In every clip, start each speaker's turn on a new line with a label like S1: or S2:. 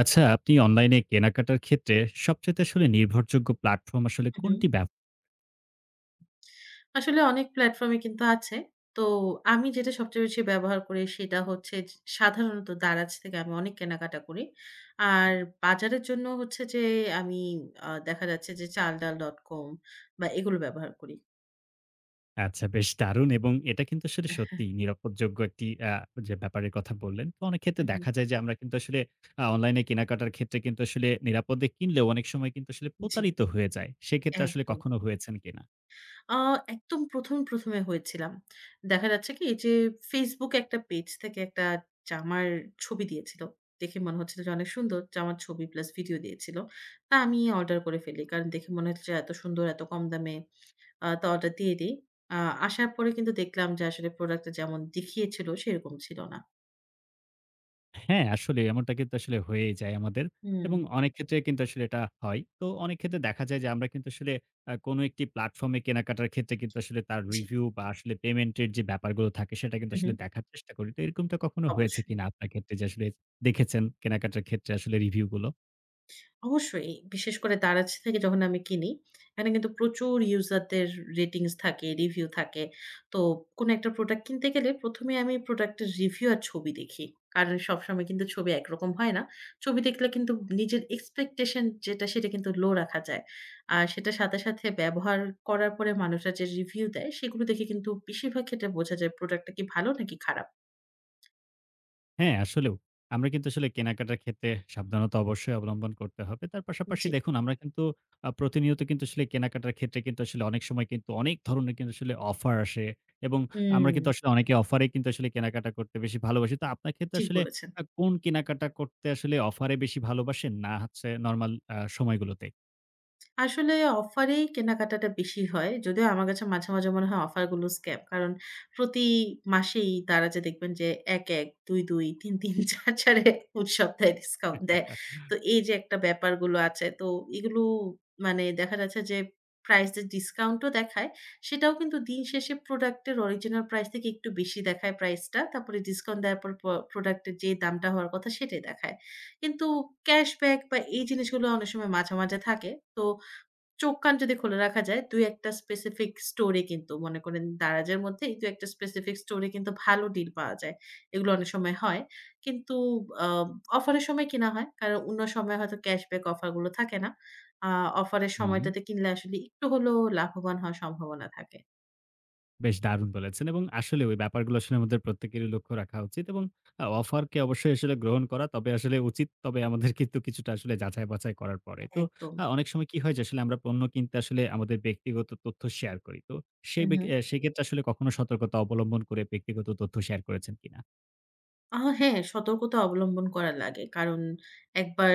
S1: আচ্ছা, আপনি অনলাইনে কেনাকাটার ক্ষেত্রে সবচাইতে আসলে নির্ভরযোগ্য প্ল্যাটফর্ম আসলে
S2: হুম, হুম।
S1: কোনটি?
S2: আসলে অনেক প্ল্যাটফর্মই কিন্তু আছে। তো আমি যেটা সবচেয়ে বেশি ব্যবহার করি সেটা হচ্ছে সাধারণত দারাজ থেকে আমি অনেক কেনাকাটা করি। আর বাজারের জন্য হচ্ছে যে আমি দেখা যাচ্ছে যে চালডাল.com বা এগুলো ব্যবহার করি।
S1: আচ্ছা, বেশ দারুণ, এবং এটা কিন্তু আসলে
S2: হ্যাঁ,
S1: সত্যিই নিরাপদযোগ্য একটি যে ব্যাপারের কথা বললেন। তো অনেক
S2: হু,
S1: ক্ষেত্রে
S2: হু।
S1: দেখা যায় যে আমরা কিন্তু আসলে অনলাইনে কেনাকাটার ক্ষেত্রে কিন্তু আসলে নিরাপদে কিনলেও অনেক সময় কিন্তু আসলে
S2: জি,
S1: প্রতারিত হয়ে যায়। সেক্ষেত্রে আসলে
S2: একদম।
S1: কখনো হয়েছেন কিনা?
S2: আ একদম ১ম এ হয়েছিলাম। দেখা যাচ্ছে কি এই যে Facebook এ একটা পেজ থেকে একটা জামার ছবি দিয়েছিল। দেখে মনে হচ্ছিল যে অনেক সুন্দর। জামার ছবি প্লাস ভিডিও দিয়েছিল। তা আমি অর্ডার করে ফেলি। কারণ দেখে মনে হচ্ছে এত সুন্দর, এত কম দামে। তো অর্ডার দিয়ে দেই। আ আসার পরে কিন্তু দেখলাম যে আসলে প্রোডাক্টটা যেমন দেখিয়েছিল সেরকম ছিল না।
S1: হ্যাঁ, আসলে এমনটা কিন্তু আসলে হয়েই যায় আমাদের।
S2: হুম।
S1: এবং অনেক ক্ষেত্রে কিন্তু আসলে এটা হয়। তো অনেক ক্ষেত্রে দেখা যায় যে আমরা কিন্তু আসলে কোনো একটি প্ল্যাটফর্মে কেনাকাটার ক্ষেত্রে কিন্তু আসলে তার
S2: জি।
S1: রিভিউ বা আসলে পেমেন্টের যে ব্যাপারগুলো থাকে সেটা কিন্তু
S2: হু, হু।
S1: আসলে দেখার চেষ্টা করি। তো এরকমটা কখনো হয়েছে
S2: অবশ্যই।
S1: কিনা আপনার ক্ষেত্রে যে আসলে দেখেছেন কেনাকাটার ক্ষেত্রে আসলে রিভিউগুলো?
S2: অবশ্যই। বিশেষ করে Daraz থেকে যখন আমি কিনি, এখানে কিন্তু প্রচুর ইউজারদের রেটিংস থাকে, রিভিউ থাকে। তো কোনো একটা প্রোডাক্ট কিনতে গেলে ১ম এ আমি প্রোডাক্টের রিভিউ আর ছবি দেখি। কারণ সবসময় কিন্তু ছবি একরকম হয় না। ছবি দেখলে কিন্তু নিজের এক্সপেকটেশন যেটা সেটা কিন্তু লো রাখা যায়। আর সেটার সাথে, সাথে ব্যবহার করার পরে মানুষরা যে রিভিউ দেয় সেগুলো দেখে কিন্তু বেশিরভাগ ক্ষেত্রে বোঝা যায় প্রোডাক্টটা কি ভালো নাকি খারাপ।
S1: হ্যাঁ, আসলেও। আমরা কিন্তু আসলে কেনাকাটার ক্ষেত্রে সাবধানতা অবশ্যই অবলম্বন করতে হবে। তার পাশাপাশি
S2: জি।
S1: দেখুন আমরা কিন্তু প্রতিনিয়ত কিন্তু আসলে কেনাকাটার ক্ষেত্রে কিন্তু আসলে অনেক সময় কিন্তু অনেক ধরনের কিন্তু আসলে অফার আসে, এবং আমরা
S2: হুম,
S1: কিন্তু আসলে অনেকে অফারে কিন্তু আসলে কেনাকাটা করতে বেশি ভালোবাসি। তো আপনার ক্ষেত্রে
S2: ঠিক
S1: আসলে
S2: বলেছেন।
S1: কোন কেনাকাটা করতে আসলে অফারে বেশি ভালোবাসেন? না হচ্ছে নরমাল সময়গুলোতে?
S2: আসলে অফারেই কেনাকাটাটা বেশি হয়। যদিও আমার কাছে মাঝে, মাঝে মনে হয় অফার গুলো স্ক্যাম। কারণ প্রতি মাসেই তারা যে দেখবেন যে ১-১, ২-২, ৩-৩, ৪-৪ এ প্রতি সপ্তাহে ডিসকাউন্ট দেয়। তো এই যে একটা ব্যাপারগুলো আছে তো এগুলো মানে দেখা যাচ্ছে যে প্রাইস এর ডিসকাউন্টও দেখায়। সেটাও কিন্তু দিন শেষে প্রোডাক্টের অরিজিনাল প্রাইস থেকে একটু বেশি দেখায় প্রাইসটা। তারপরে ডিসকাউন্ট দেওয়ার পর প্রোডাক্টের যে দামটা হওয়ার কথা সেটাই দেখায়। কিন্তু ক্যাশব্যাক বা এই জিনিসগুলো অনেক সময় মাঝে, মাঝে থাকে। তো চোখ কান যদি খুলে রাখা যায় ২-১ টা স্পেসিফিক স্টোরে কিন্তু মনে করেন দারাজের মধ্যেই ২-১ টা স্পেসিফিক স্টোরে কিন্তু ভালো ডিল পাওয়া যায়। এগুলো অনেক সময় হয়। কিন্তু আ অফারের সময় কিনা হয়। কারণ অন্য সময় হয়তো ক্যাশব্যাক অফার গুলো থাকে না। আ অফারের
S1: হুম।
S2: সময়টাতে কিনলে আসলে একটু হলেও লাভবান হওয়ার সম্ভাবনা থাকে।
S1: বেশ দারুণ বলেছেন, এবং আসলে ওই ব্যাপারগুলো আসলে আমাদের প্রত্যেকেরই লক্ষ্য রাখা উচিত, এবং অফারকে অবশ্যই আসলে গ্রহণ করা তবে আসলে উচিত। তবে আমাদের কিন্তু কিছুটা আসলে যাচাই-বাছাই করার পরে। তো
S2: একদম।
S1: অনেক সময় কি হয় যে আসলে আমরা পণ্য কিনতে আসলে আমাদের ব্যক্তিগত তথ্য শেয়ার করি। তো সেই বেক
S2: উহু।
S1: অ্যা সেক্ষেত্রে আসলে কখনো সতর্কতা অবলম্বন করে ব্যক্তিগত তথ্য শেয়ার করেছেন কিনা?
S2: হ্যাঁ, সতর্কতা অবলম্বন করা লাগে। কারণ একবার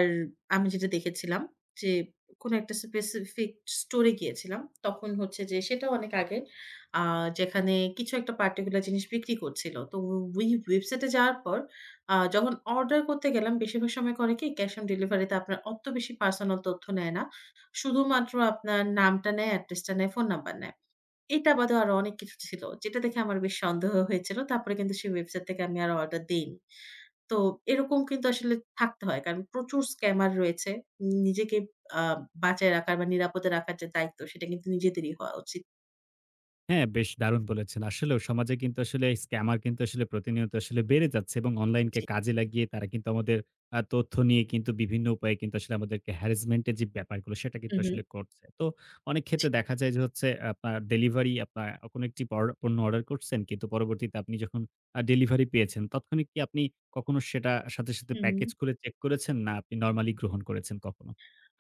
S2: আমি যেটা দেখেছিলাম যে, কোনো একটা স্পেসিফিক স্টোরে গিয়েছিলাম। তখন হচ্ছে যে সেটাও অনেক আগে আ যেখানে কিছু একটা পার্টিকুলার জিনিস বিক্রি করছিল। তো ওই ওয়েবসাইটে যাওয়ার পর যখন অর্ডার করতে গেলাম বেশিরভাগ সময় করে কি ক্যাশ অন ডেলিভারিতে আপনার অত বেশি পার্সোনাল তথ্য নেয় না। শুধুমাত্র আপনার নামটা নেয়, অ্যাড্রেসটা নেয়, ফোন নাম্বার নেয়। এটা বাদেও আরো অনেক কিছু ছিল। যেটা দেখে আমার বেশ সন্দেহ হয়েছিল। তারপরে কিন্তু সেই ওয়েবসাইট থেকে আমি আর অর্ডার দেইনি। তো এরকম কিন্তু আসলে থাকতে হয়। কারণ প্রচুর স্ক্যামার রয়েছে। নিজেকে আ বাঁচায় রাখার বা নিরাপদে রাখার যে দায়িত্ব সেটা কিন্তু নিজেদেরই হওয়া উচিত।
S1: হ্যাঁ, বেশ দারুণ বলেছেন। আসলেও সমাজে কিন্তু আসলে স্ক্যামার কিন্তু আসলে প্রতিনিয়ত আসলে বেড়ে যাচ্ছে, এবং অনলাইনকে
S2: জি,
S1: কাজে লাগিয়ে তারা কিন্তু আমাদের তথ্য নিয়ে কিন্তু বিভিন্ন উপায়ে কিন্তু আসলে আমাদেরকে হ্যারাসমেন্ট এর যে ব্যাপারগুলো সেটা
S2: হু,
S1: কিন্তু
S2: হু।
S1: আসলে করছে। তো অনেক
S2: জি।
S1: ক্ষেত্রে দেখা যায় যে হচ্ছে আপনার ডেলিভারি, আপনার কোনো একটি পণ্য অর্ডার করছেন কিন্তু পরবর্তীতে আপনি যখন ডেলিভারি পেয়েছেন, তৎক্ষণিক কি আপনি কখনো সেটা সাথে, সাথে
S2: হুম।
S1: প্যাকেজ খুলে চেক করেছেন? না আপনি নরমালি গ্রহণ করেছেন কখনো?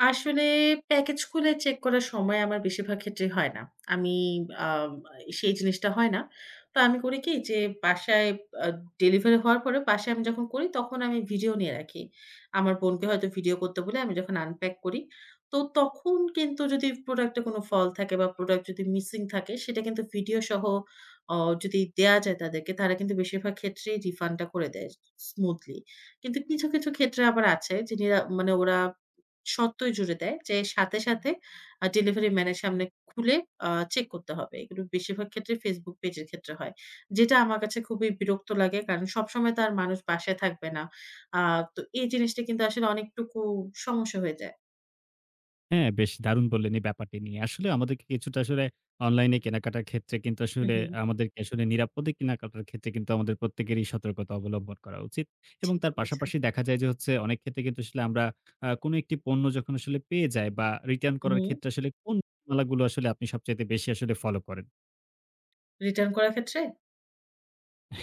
S2: আসলে প্যাকেজ খুলে চেক করার সময় আমার বেশিরভাগ ক্ষেত্রেই হয় না। আমি আম সেই জিনিসটা হয় না। তো আমি করি কি যে বাসায় আ ডেলিভারি হওয়ার পরে বাসায় আমি যখন করি তখন আমি ভিডিও নিয়ে রাখি। আমার বোনকে হয়তো ভিডিও করতে বলে আমি যখন আনপ্যাক করি, তো তখন কিন্তু যদি প্রোডাক্টে কোনো ফল্ট থাকে বা প্রোডাক্ট যদি মিসিং থাকে সেটা কিন্তু ভিডিও সহ অ যদি দেয়া যায় তাদেরকে তারা কিন্তু বেশিরভাগ ক্ষেত্রেই রিফান্ডটা করে দেয় স্মুথলি। কিন্তু কিছু, কিছু ক্ষেত্রে আবার আছে যে মানে ওরা শর্তই জুড়ে দেয় যে সাথে, সাথে ডেলিভারি ম্যানের সামনে খুলে চেক করতে হবে। এগুলো বেশিরভাগ ক্ষেত্রে Facebook পেজের ক্ষেত্রে হয়। যেটা আমার কাছে খুবই বিরক্ত লাগে। কারণ সবসময় তো আর মানুষ বাসায় থাকবে না। আ তো এই জিনিসটা কিন্তু আসলে অনেকটুকু সমস্যা হয়ে যায়।
S1: হ্যাঁ, বেশ দারুণ বললেন এই ব্যাপারটি নিয়ে। আসলে আমাদেরকে কিছুটা আসলে অনলাইনে কেনাকাটার ক্ষেত্রে কিন্তু
S2: হু,
S1: আসলে
S2: হু।
S1: আমাদেরকে আসলে নিরাপদে কেনাকাটার ক্ষেত্রে কিন্তু আমাদের প্রত্যেকেরই সতর্কতা অবলম্বন করা উচিত। এবং
S2: ঠিক
S1: তার
S2: বলেছেন।
S1: পাশাপাশি দেখা যায় যে হচ্ছে অনেক ক্ষেত্রে কিন্তু আসলে আমরা কোনো একটি পণ্য যখন আসলে পেয়ে যাই বা রিটার্ন
S2: হু, হু।
S1: করার ক্ষেত্রে আসলে কোন নীতিমালাগুলো আসলে আপনি সবচাইতে বেশি আসলে ফলো করেন?
S2: রিটার্ন করার ক্ষেত্রে?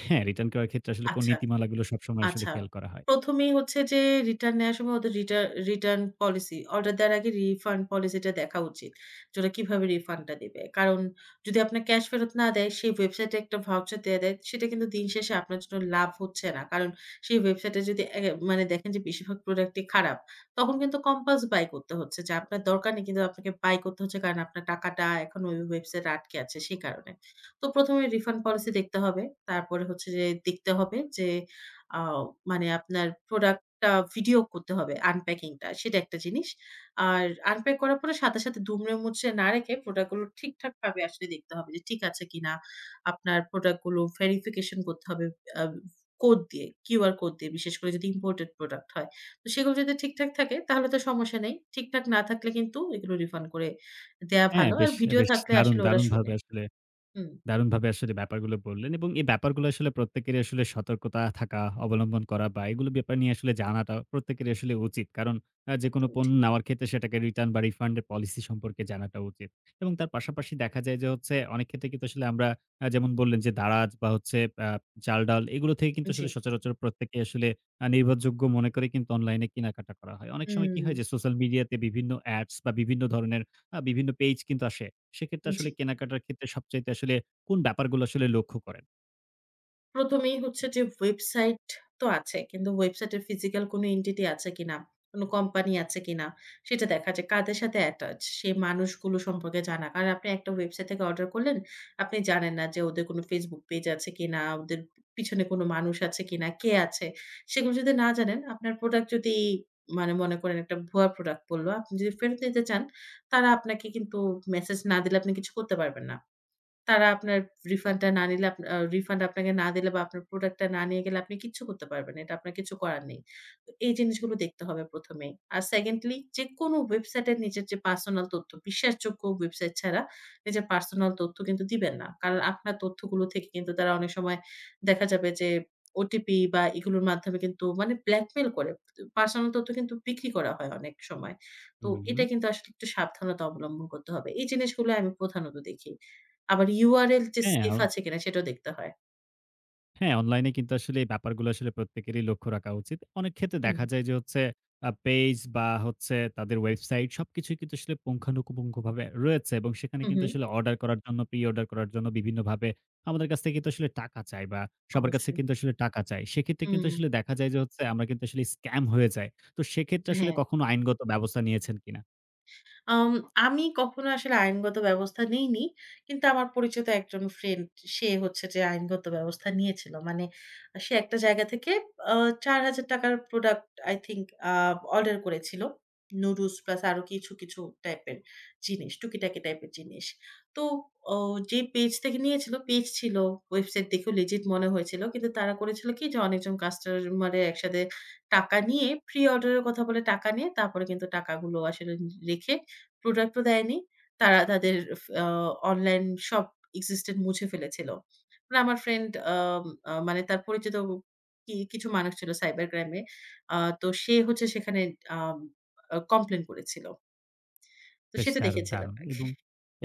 S1: হ্যাঁ, রিটার্ন করার ক্ষেত্রে আসলে কোন
S2: আচ্ছা।
S1: নীতিমালাগুলো সবসময় আসলে
S2: আচ্ছা।
S1: খেয়াল করা হয়?
S2: ১ম এই হচ্ছে যে রিটার্ন নেয়ার সময় ওদের রিটা রিটার্ন পলিসি অর্ডার দেওয়ার আগে রিফান্ড পলিসিটা দেখা উচিত। যে ওরা কিভাবে রিফান্ডটা দিবে। কারণ যদি আপনার ক্যাশ ফেরত না দেয়, সেই ওয়েবসাইটে একটা ভাউচার দেয়, সেটা কিন্তু দিন শেষে আপনার জন্য লাভ হচ্ছে না। কারণ সেই ওয়েবসাইটে যদি মানে দেখেন যে বেশিরভাগ প্রোডাক্টই খারাপ, তখন কিন্তু কম্পালস বাই করতে হচ্ছে যে আপনার দরকার নেই কিন্তু আপনাকে বাই করতে হচ্ছে কারণ আপনার টাকাটা এখন ওই ওয়েবসাইটে আটকে আছে সেই কারণে। তো ১ম এ রিফান্ড পলিসি দেখতে হবে। তারপরে হচ্ছে যে দেখতে হবে যে আও মানে আপনার প্রোডাক্টটা ভিডিও করতে হবে আনপ্যাকিং টা, সেটা একটা জিনিস। আর আনপ্যাক করার পরে সাথে, সাথে দুমড়ে মুচড়ে না রেখে প্রোডাক্ট গুলো ঠিকঠাকভাবে আসলে দেখতে হবে যে ঠিক আছে কিনা। আপনার প্রোডাক্ট গুলো ভেরিফিকেশন করতে হবে আ কোড দিয়ে, কিউআর কোড দিয়ে বিশেষ করে যদি ইম্পোর্টেড প্রোডাক্ট হয়। তো সেগুলো যদি ঠিকঠাক থাকে তাহলে তো সমস্যা নেই। ঠিকঠাক না থাকলে কিন্তু এগুলো রিফান্ড করে দেয়া
S1: হ্যাঁ,
S2: ভালো। আর
S1: বেশ,
S2: ভিডিও
S1: বেশ
S2: থাকলে
S1: দারুণ,
S2: আসলে ওরা শোনে। হুম,
S1: দারুণভাবে আসলে ব্যাপারগুলো বললেন, এবং এই ব্যাপারগুলো আসলে প্রত্যেকেরই আসলে সতর্কতা থাকা, অবলম্বন করা বা এগুলো ব্যাপার নিয়ে আসলে জানাটা প্রত্যেকেরই আসলে উচিত। কারণ যেকোনো
S2: একদমই
S1: পণ্য
S2: ঠিক।
S1: নেওয়ার ক্ষেত্রে সেটাকে রিটার্ন বা রিফান্ড এর পলিসি সম্পর্কে জানাটা উচিত। এবং তার পাশাপাশি দেখা যায় যে হচ্ছে অনেক ক্ষেত্রে কিন্তু আসলে আমরা যেমন বললেন যে দারাজ বা হচ্ছে আ চাল-ডাল এগুলো থেকে কিন্তু
S2: জি।
S1: আসলে সচরাচর প্রত্যেকে আসলে নির্ভরযোগ্য মনে করে কিন্তু অনলাইনে কেনাকাটা করা হয়। অনেক সময় কি
S2: হুম,
S1: হয় যে সোশ্যাল মিডিয়াতে বিভিন্ন অ্যাডস বা বিভিন্ন ধরনের বিভিন্ন পেইজ কিন্তু আসে। সেক্ষেত্রে
S2: জি।
S1: আসলে কেনাকাটার ক্ষেত্রে সবচাইতে আসলে কোন ব্যাপারগুলো আসলে লক্ষ্য করেন?
S2: প্রথমেই হচ্ছে যে ওয়েবসাইট তো আছে। কিন্তু ওয়েবসাইটের ফিজিক্যাল কোনো এন্টিটি আছে কিনা, কোনো কোম্পানি আছে কিনা, সেটা দেখা যায়। কাদের সাথে অ্যাটাচ, সেই মানুষগুলো সম্পর্কে জানা। কারণ আপনি একটা ওয়েবসাইট থেকে অর্ডার করলেন, আপনি জানেন না যে ওদের কোনো Facebook পেজ আছে কিনা, ওদের পিছনে কোনো মানুষ আছে কিনা, কে আছে? সেগুলো যদি না জানেন, আপনার প্রোডাক্ট যদি মানে মনে করেন একটা ভুয়া প্রোডাক্ট বলল, আপনি যদি ফেরত নিতে চান, তারা আপনাকে কিন্তু মেসেজ না দিলে আপনি কিছু করতে পারবেন না। তারা আপনার রিফান্ডটা না নিলে আপ আ রিফান্ড আপনাকে না দিলে বা আপনার প্রোডাক্টটা না নিয়ে গেলে আপনি কিচ্ছু করতে পারবেন না। এটা আপনার কিছু করার নেই। তো এই জিনিসগুলো দেখতে হবে ১ম এই। আর সেকেন্ডলি যেকোনো ওয়েবসাইটের নিজের যে পার্সোনাল তথ্য, বিশ্বাসযোগ্য ওয়েবসাইট ছাড়া নিজের পার্সোনাল তথ্য কিন্তু দিবেন না। কারণ আপনার তথ্যগুলো থেকে কিন্তু তারা অনেক সময় দেখা যাবে যে ওটিপি বা এগুলোর মাধ্যমে কিন্তু মানে ব্ল্যাকমেইল করে। পার্সোনাল তথ্য কিন্তু বিক্রি করা হয় অনেক সময়। তো এটা
S1: হুম।
S2: কিন্তু আসলে একটু সাবধানতা অবলম্বন করতে হবে। এই জিনিসগুলো আমি প্রধানত দেখি। আবার URL যে
S1: হ্যাঁ, অ
S2: সেফ আছে কিনা সেটাও দেখতে হয়।
S1: হ্যাঁ, অনলাইনে কিন্তু আসলে এই ব্যাপারগুলো আসলে প্রত্যেকেরই লক্ষ্য রাখা উচিত। অনেক ক্ষেত্রে
S2: হুম,
S1: দেখা যায় যে হচ্ছে পেজ বা হচ্ছে তাদের ওয়েবসাইট সবকিছুই কিন্তু আসলে পুঙ্খানুপুঙ্খভাবে রয়েছে, এবং সেখানে
S2: হু, হু,
S1: কিন্তু আসলে অর্ডার করার জন্য, প্রি অর্ডার করার জন্য বিভিন্নভাবে আমাদের কাছ থেকে কিন্তু আসলে টাকা চায়, বা সবার কাছে
S2: অবশ্যই।
S1: কিন্তু আসলে টাকা চায়। সেক্ষেত্রে কিন্তু
S2: হুম,
S1: আসলে দেখা যায় যে হচ্ছে আমরা কিন্তু আসলে স্ক্যাম হয়ে যাই। তো সেক্ষেত্রে আসলে
S2: হ্যাঁ।
S1: কখনো আইনগত ব্যবস্থা নিয়েছেন কিনা?
S2: আম আমি কখনো আসলে আইনগত ব্যবস্থা নেইনি। কিন্তু আমার পরিচিত একজন ফ্রেন্ড সে হচ্ছে যে আইনগত ব্যবস্থা নিয়েছিল। মানে সে একটা জায়গা থেকে আ ৪,০০০৳ র প্রোডাক্ট আই থিংক আ অর্ডার করেছিল। নুডলস প্লাস আরো কিছু, কিছু টাইপের জিনিস, টুকিটাকি টাইপের জিনিস। তো অ যে পেজ থেকে নিয়েছিল, পেজ ছিল, ওয়েবসাইট দেখেও লিজিট মনে হয়েছিল। কিন্তু তারা করেছিল কি যে অনেকজন কাস্টমারের একসাথে টাকা নিয়ে প্রি অর্ডার এর কথা বলে টাকা নিয়ে তারপরে কিন্তু টাকাগুলো আসলে রেখে প্রোডাক্ট ও দেয়নি। তারা তাদের ফ আ অনলাইন শপ existent মুছে ফেলেছিল। মানে আমার ফ্রেন্ড আম আ মানে তার পরিচিত কিছু মানুষ ছিল সাইবার ক্রাইম এ। আ তো সে হচ্ছে সেখানে আম আ কমপ্লেইন করেছিল। তো
S1: বেশ
S2: সেটা
S1: দারুণ,
S2: দেখেছিলাম
S1: দারুণ!
S2: আরকি।
S1: এবং,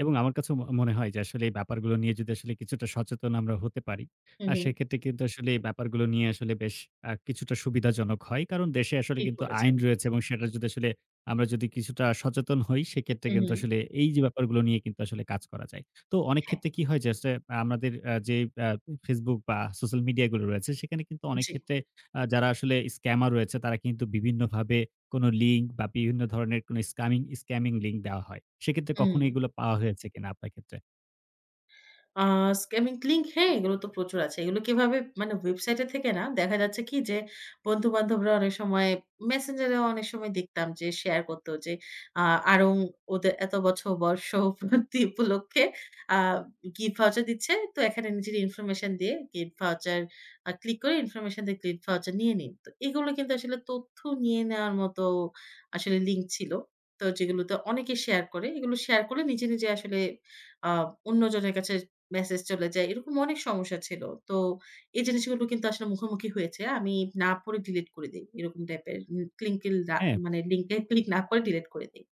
S1: এবং আমার কাছেও মনে হয় যে আসলে এই ব্যাপারগুলো নিয়ে যদি আসলে কিছুটা সচেতন আমরা হতে পারি,
S2: হু, হু।
S1: সেক্ষেত্রে কিন্তু আসলে এই ব্যাপারগুলো নিয়ে আসলে বেশ কিছুটা সুবিধাজনক হয়। কারণ দেশে আসলে
S2: ঠিক
S1: কিন্তু
S2: বলেছেন।
S1: আইন রয়েছে, এবং সেটা যদি আসলে আমরা যদি কিছুটা সচেতন হই, সেক্ষেত্রে
S2: হু, হু।
S1: কিন্তু আসলে এই যে ব্যাপারগুলো নিয়ে কিন্তু আসলে কাজ করা যায়। তো অনেক
S2: হ্যাঁ,
S1: ক্ষেত্রে কি হয় যে আসলে আমাদের যে আ Facebook বা সোশ্যাল মিডিয়া গুলো রয়েছে সেখানে কিন্তু অনেক
S2: জি।
S1: ক্ষেত্রে যারা আসলে স্ক্যামার রয়েছে তারা কিন্তু বিভিন্নভাবে কোনো লিঙ্ক বা বিভিন্ন ধরনের কোনো স্ক্যামিং লিঙ্ক দেওয়া হয়। সেক্ষেত্রে
S2: হুম।
S1: কখনো এগুলো পাওয়া হয়েছে কিনা আপনার ক্ষেত্রে?
S2: আ স্ক্যামিং লিঙ্ক হ্যাঁ, এগুলো তো প্রচুর আছে। এগুলো কিভাবে মানে ওয়েবসাইটে থেকে না দেখা যাচ্ছে কি যে বন্ধু-বান্ধবরা অনেক সময় Messenger এও অনেক সময় দেখতাম যে শেয়ার করত যে আ আরং ওদের এত বছর বর্ষ পূর্তি উপলক্ষে আ গিফট ভাউচার দিচ্ছে। তো এখানে নিজের ইনফরমেশন দিয়ে গিফট ভাউচার ক্লিক করে ইনফরমেশন দিয়ে গিফট ভাউচার নিয়ে নিন। তো এগুলো কিন্তু আসলে তথ্য নিয়ে নেওয়ার মতো আসলে লিঙ্ক ছিল। তো যেগুলোতে অনেকে শেয়ার করে। এগুলো শেয়ার করে নিজে, নিজে আসলে আ অন্যজনের কাছে মেসেজ চলে যায়। এরকম অনেক সমস্যা ছিল। তো এই জিনিসগুলো কিন্তু আসলে মুখোমুখি হয়েছে। আমি না পড়ে ডিলিট করে দেই। এরকম টাইপের উম ক্লিংকিল ডা
S1: হ্যাঁ?
S2: মানে লিংকে ক্লিক না করে ডিলিট করে দেই।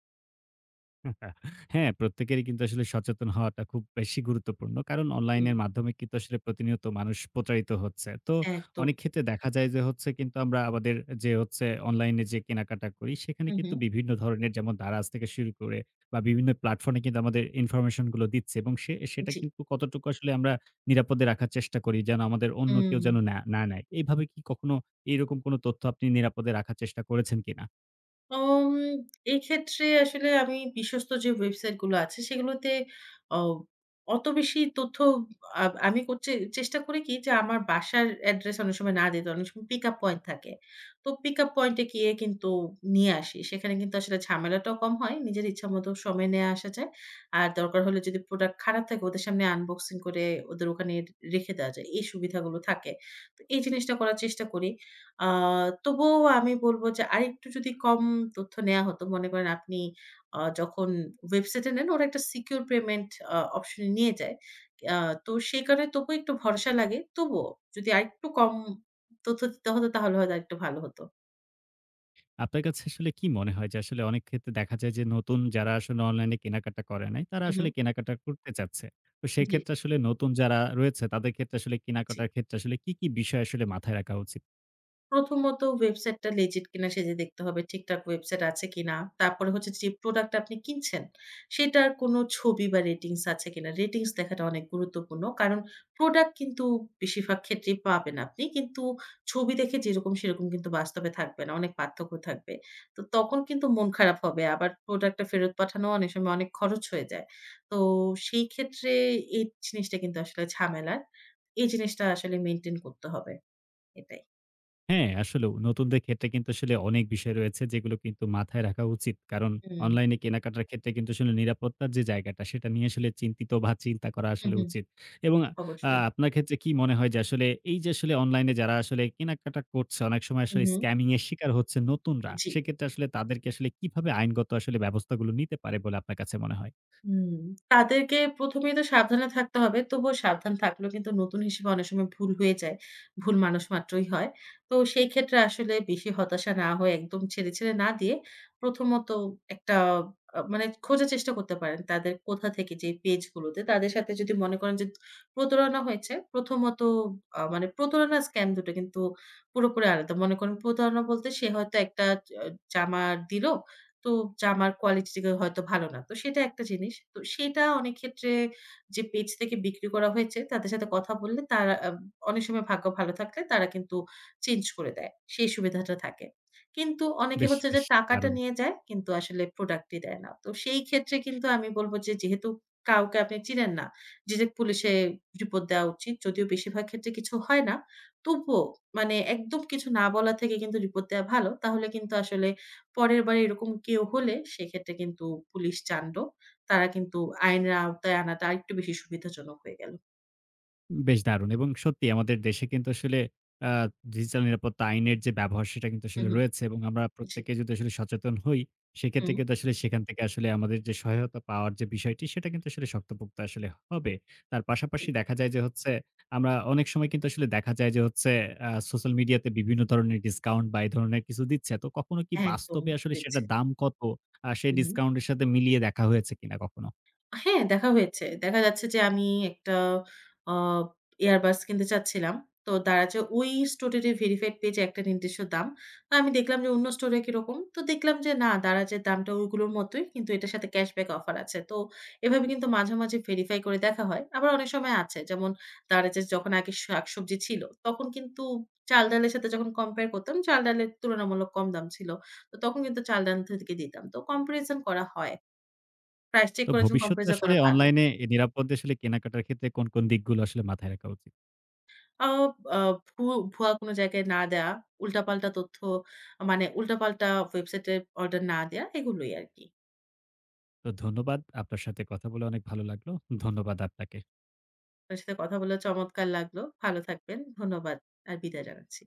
S1: হ্যাঁ, প্রত্যেকেরই কিন্তু আসলে সচেতন হওয়াটা খুব বেশি গুরুত্বপূর্ণ। কারণ
S2: হুম।
S1: অনলাইনের মাধ্যমে কিন্তু আসলে প্রতিনিয়ত মানুষ প্রতারিত হচ্ছে। তো
S2: একদম।
S1: অনেক ক্ষেত্রে দেখা যায় যে হচ্ছে কিন্তু আমরা আমাদের যে হচ্ছে অনলাইনে যে কেনাকাটা করি সেখানে
S2: হু, হু।
S1: কিন্তু বিভিন্ন ধরনের, যেমন Daraz থেকে শুরু করে বা বিভিন্ন প্ল্যাটফর্মে কিন্তু আমাদের ইনফরমেশন গুলো দিচ্ছে, এবং সেটা
S2: জি।
S1: কিন্তু কতটুকু আসলে আমরা নিরাপদে রাখার চেষ্টা করি, যেন আমাদের অন্য কেউ
S2: হুম।
S1: যেন না না নেয়। এইভাবে কি কখনো এইরকম কোনো তথ্য আপনি নিরাপদে রাখার চেষ্টা করেছেন কিনা?
S2: উম এক্ষেত্রে আসলে আমি বিশ্বস্ত যে ওয়েবসাইট গুলো আছে সেগুলোতে অ অত বেশি তথ্য আ আমি করছি চেষ্টা করি কি যে আমার বাসার অ্যাড্রেস অনেক সময় না দিতে অনেক সময় পিক আপ পয়েন্ট থাকে। তো পিক আপ পয়েন্টে গিয়ে কিন্তু নিয়ে আসি। সেখানে কিন্তু আসলে ঝামেলাটাও কম হয়। নিজের ইচ্ছামত সময় নিয়ে আসা যায়। আর দরকার হলে যদি প্রোডাক্ট খারাপ থাকে ওদের সামনে আনবক্সিং করে ওদের ওখানে রেখে দেওয়া যায়। এই সুবিধাগুলো থাকে। তো এই জিনিসটা করার চেষ্টা করি। আ তবুও আমি বলব যে আরেকটু যদি কম তথ্য নেয়া হতো, মনে করেন আপনি যখন ওয়েবসাইটে নেন ওরা একটা সিকিউর পেমেন্ট অপশন এ নিয়ে যায়। আ তো সেই কারণে তবুও একটু ভরসা লাগে। তবুও যদি আরেকটু কম তথ্য দিতে হতো তাহলে হয়তো আরেকটু ভালো হতো।
S1: আপনার কাছে আসলে কি মনে হয় যে আসলে অনেক ক্ষেত্রে দেখা যায় যে নতুন যারা আসলে অনলাইনে কেনাকাটা করে নাই তারা
S2: হু, হু।
S1: আসলে কেনাকাটা করতে চাচ্ছে। তো
S2: জি,
S1: সেক্ষেত্রে আসলে নতুন যারা রয়েছে তাদের ক্ষেত্রে আসলে
S2: জি।
S1: কেনাকাটার ক্ষেত্রে আসলে কি, কি বিষয় আসলে মাথায় রাখা উচিত?
S2: প্রথমত ওয়েবসাইটটা legit কিনা সেজে দেখতে হবে। ঠিকঠাক ওয়েবসাইট আছে কিনা। তারপরে হচ্ছে যে প্রোডাক্ট আপনি কিনছেন, সেটার কোনো ছবি বা রেটিংস আছে কিনা। রেটিংস দেখাটা অনেক গুরুত্বপূর্ণ। কারণ প্রোডাক্ট কিন্তু বেশিরভাগ ক্ষেত্রেই পাবেন আপনি। কিন্তু ছবি দেখে যেরকম সেরকম কিন্তু বাস্তবে থাকবে না। অনেক পার্থক্য থাকবে। তো তখন কিন্তু মন খারাপ হবে। আবার প্রোডাক্টটা ফেরত পাঠানো অনেক সময় অনেক খরচ হয়ে যায়। তো সেই ক্ষেত্রে এই জিনিসটা কিন্তু আসলে ঝামেলার। এই জিনিসটা আসলে মেইনটেইন করতে হবে। এটাই।
S1: হ্যাঁ, আসলেও নতুনদের ক্ষেত্রে কিন্তু আসলে অনেক বিষয় রয়েছে যেগুলো কিন্তু মাথায় রাখা উচিত। কারণ
S2: হুম।
S1: অনলাইনে কেনাকাটার ক্ষেত্রে কিন্তু আসলে নিরাপত্তার যে জায়গাটা সেটা নিয়ে আসলে চিন্তিত বা চিন্তা করা
S2: হুম,
S1: আসলে
S2: হুম।
S1: উচিত। এবং
S2: অবশ্যই।
S1: আপনার ক্ষেত্রে কি মনে হয় যে আসলে এই যে আসলে অনলাইনে যারা আসলে কেনাকাটা করছে অনেক সময়
S2: হুম,
S1: আসলে
S2: হুম।
S1: স্ক্যামিং এর শিকার হচ্ছে নতুনরা,
S2: জি।
S1: সেক্ষেত্রে আসলে তাদেরকে আসলে কিভাবে আইনগত আসলে ব্যবস্থাগুলো নিতে পারে বলে আপনার কাছে মনে হয়?
S2: হুম। তাদেরকে ১ম এই তো সাবধানে থাকতে হবে। তবুও সাবধান থাকলেও কিন্তু নতুন হিসেবে অনেক সময় ভুল হয়ে যায়। ভুল মানুষ মাত্রই হয়। তো সেই ক্ষেত্রে আসলে বেশি হতাশা না হয়ে একদম ছেড়ে, ছেড়ে না দিয়ে প্রথমত একটা মানে খোঁজার চেষ্টা করতে পারেন। তাদের কোথা থেকে যে পেজগুলোতে তাদের সাথে যদি মনে করেন যে প্রতারণা হয়েছে, প্রথমত মানে প্রতারণা স্ক্যাম দুটো কিন্তু পুরোপুরি আলাদা। মনে করেন প্রতারণা বলতে সে হয়তো একটা জ জামা দিল। তো জামার কোয়ালিটিটা হয়তো ভালো না। তো সেটা একটা জিনিস। তো সেটা অনেক ক্ষেত্রে যে পেজ থেকে বিক্রি করা হয়েছে তাদের সাথে কথা বললে তারা আ অনেক সময় ভাগ্য ভালো থাকলে তারা কিন্তু চেঞ্জ করে দেয়। সেই সুবিধাটা থাকে। কিন্তু অনেকে
S1: বেশ,
S2: হচ্ছে যে
S1: বেশ
S2: টাকাটা
S1: দারুণ!
S2: নিয়ে যায় কিন্তু আসলে প্রোডাক্টই দেয় না। তো সেই ক্ষেত্রে কিন্তু আমি বলব যে যেহেতু কাউকে আপনি চিনেন না, ডিরেক্ট পুলিশে রিপোর্ট দেওয়া উচিত। যদিও বেশিরভাগ ক্ষেত্রে কিছু হয় না। তবুও মানে একদম কিছু না বলা থেকে কিন্তু রিপোর্ট দেওয়া ভালো। তাহলে কিন্তু আসলে পরের বার এরকম কেউ হলে সেক্ষেত্রে কিন্তু পুলিশ তাণ্ডব। তারা কিন্তু আইনের আওতায় আনাটা আরেকটু বেশি সুবিধাজনক হয়ে গেল।
S1: বেশ দারুণ, এবং সত্যি আমাদের দেশে কিন্তু আসলে আ ডিজিটাল নিরাপত্তা আইনের যে ব্যবহার সেটা কিন্তু
S2: হু,
S1: আসলে
S2: হু।
S1: রয়েছে, এবং আমরা
S2: জি,
S1: প্রত্যেকে যদি আসলে সচেতন হই, সেক্ষেত্রে
S2: হুম,
S1: কিন্তু আসলে সেখান থেকে আসলে আমাদের যে সহায়তা পাওয়ার যে বিষয়টি সেটা কিন্তু আসলে শক্তপোক্ত আসলে হবে। তার
S2: জি।
S1: পাশাপাশি দেখা যায় যে হচ্ছে আমরা অনেক সময় কিন্তু আসলে দেখা যায় যে হচ্ছে সোশ্যাল মিডিয়াতে বিভিন্ন ধরনের ডিসকাউন্ট বা এই ধরনের কিছু দিচ্ছে। তো কখনো কি
S2: একদম
S1: বাস্তবে আসলে
S2: দিচ্ছে।
S1: সেটার দাম কত? সেই
S2: হু, হু।
S1: ডিসকাউন্টের সাথে মিলিয়ে দেখা হয়েছে কিনা কখনো?
S2: হ্যাঁ, দেখা হয়েছে। দেখা যাচ্ছে যে আমি একটা আ earbuds কিনতে চাচ্ছিলাম। তো দারাজে ওই স্টোরেরই ভেরিফাইড পেজে একটা নির্দিষ্ট দাম। তো আমি দেখলাম যে অন্য স্টোরে কিরকম। তো দেখলাম যে না দারাজের দামটা ওইগুলোর মতোই। কিন্তু এটার সাথে ক্যাশব্যাক অফার আছে। তো এভাবে কিন্তু মাঝে, মাঝে ভেরিফাই করে দেখা হয়। আবার অনেক সময় আছে। যেমন দারাজের যখন আগে শাকসবজি ছিল, তখন কিন্তু চাল-ডালের সাথে যখন কম্পেয়ার করতাম, চাল-ডালের তুলনামূলক কম দাম ছিল। তো তখন কিন্তু চাল-ডাল থেকে দিতাম। তো কম্পারিজন করা হয়। প্রাইস চেক
S1: তো
S2: করে যখন
S1: ভবিষ্যতে
S2: কম্পারিজন
S1: আসলে
S2: করা ভালো।
S1: অনলাইনে এ নিরাপদে আসলে কেনাকাটার ক্ষেত্রে কোন, কোন দিকগুলো আসলে মাথায় রাখা উচিত?
S2: আ আ ভু ভুয়া কোনো জায়গায় না দেয়া, উল্টাপাল্টা তথ্য মানে উল্টাপাল্টা ওয়েবসাইটে অর্ডার না দেয়া এগুলোই আরকি।
S1: তো ধন্যবাদ। আপনার সাথে কথা বলে অনেক ভালো লাগলো। ধন্যবাদ আপনাকে।
S2: আপনার সাথে কথা বলে চমৎকার লাগলো। ভালো থাকবেন। ধন্যবাদ আর বিদায় জানাচ্ছি।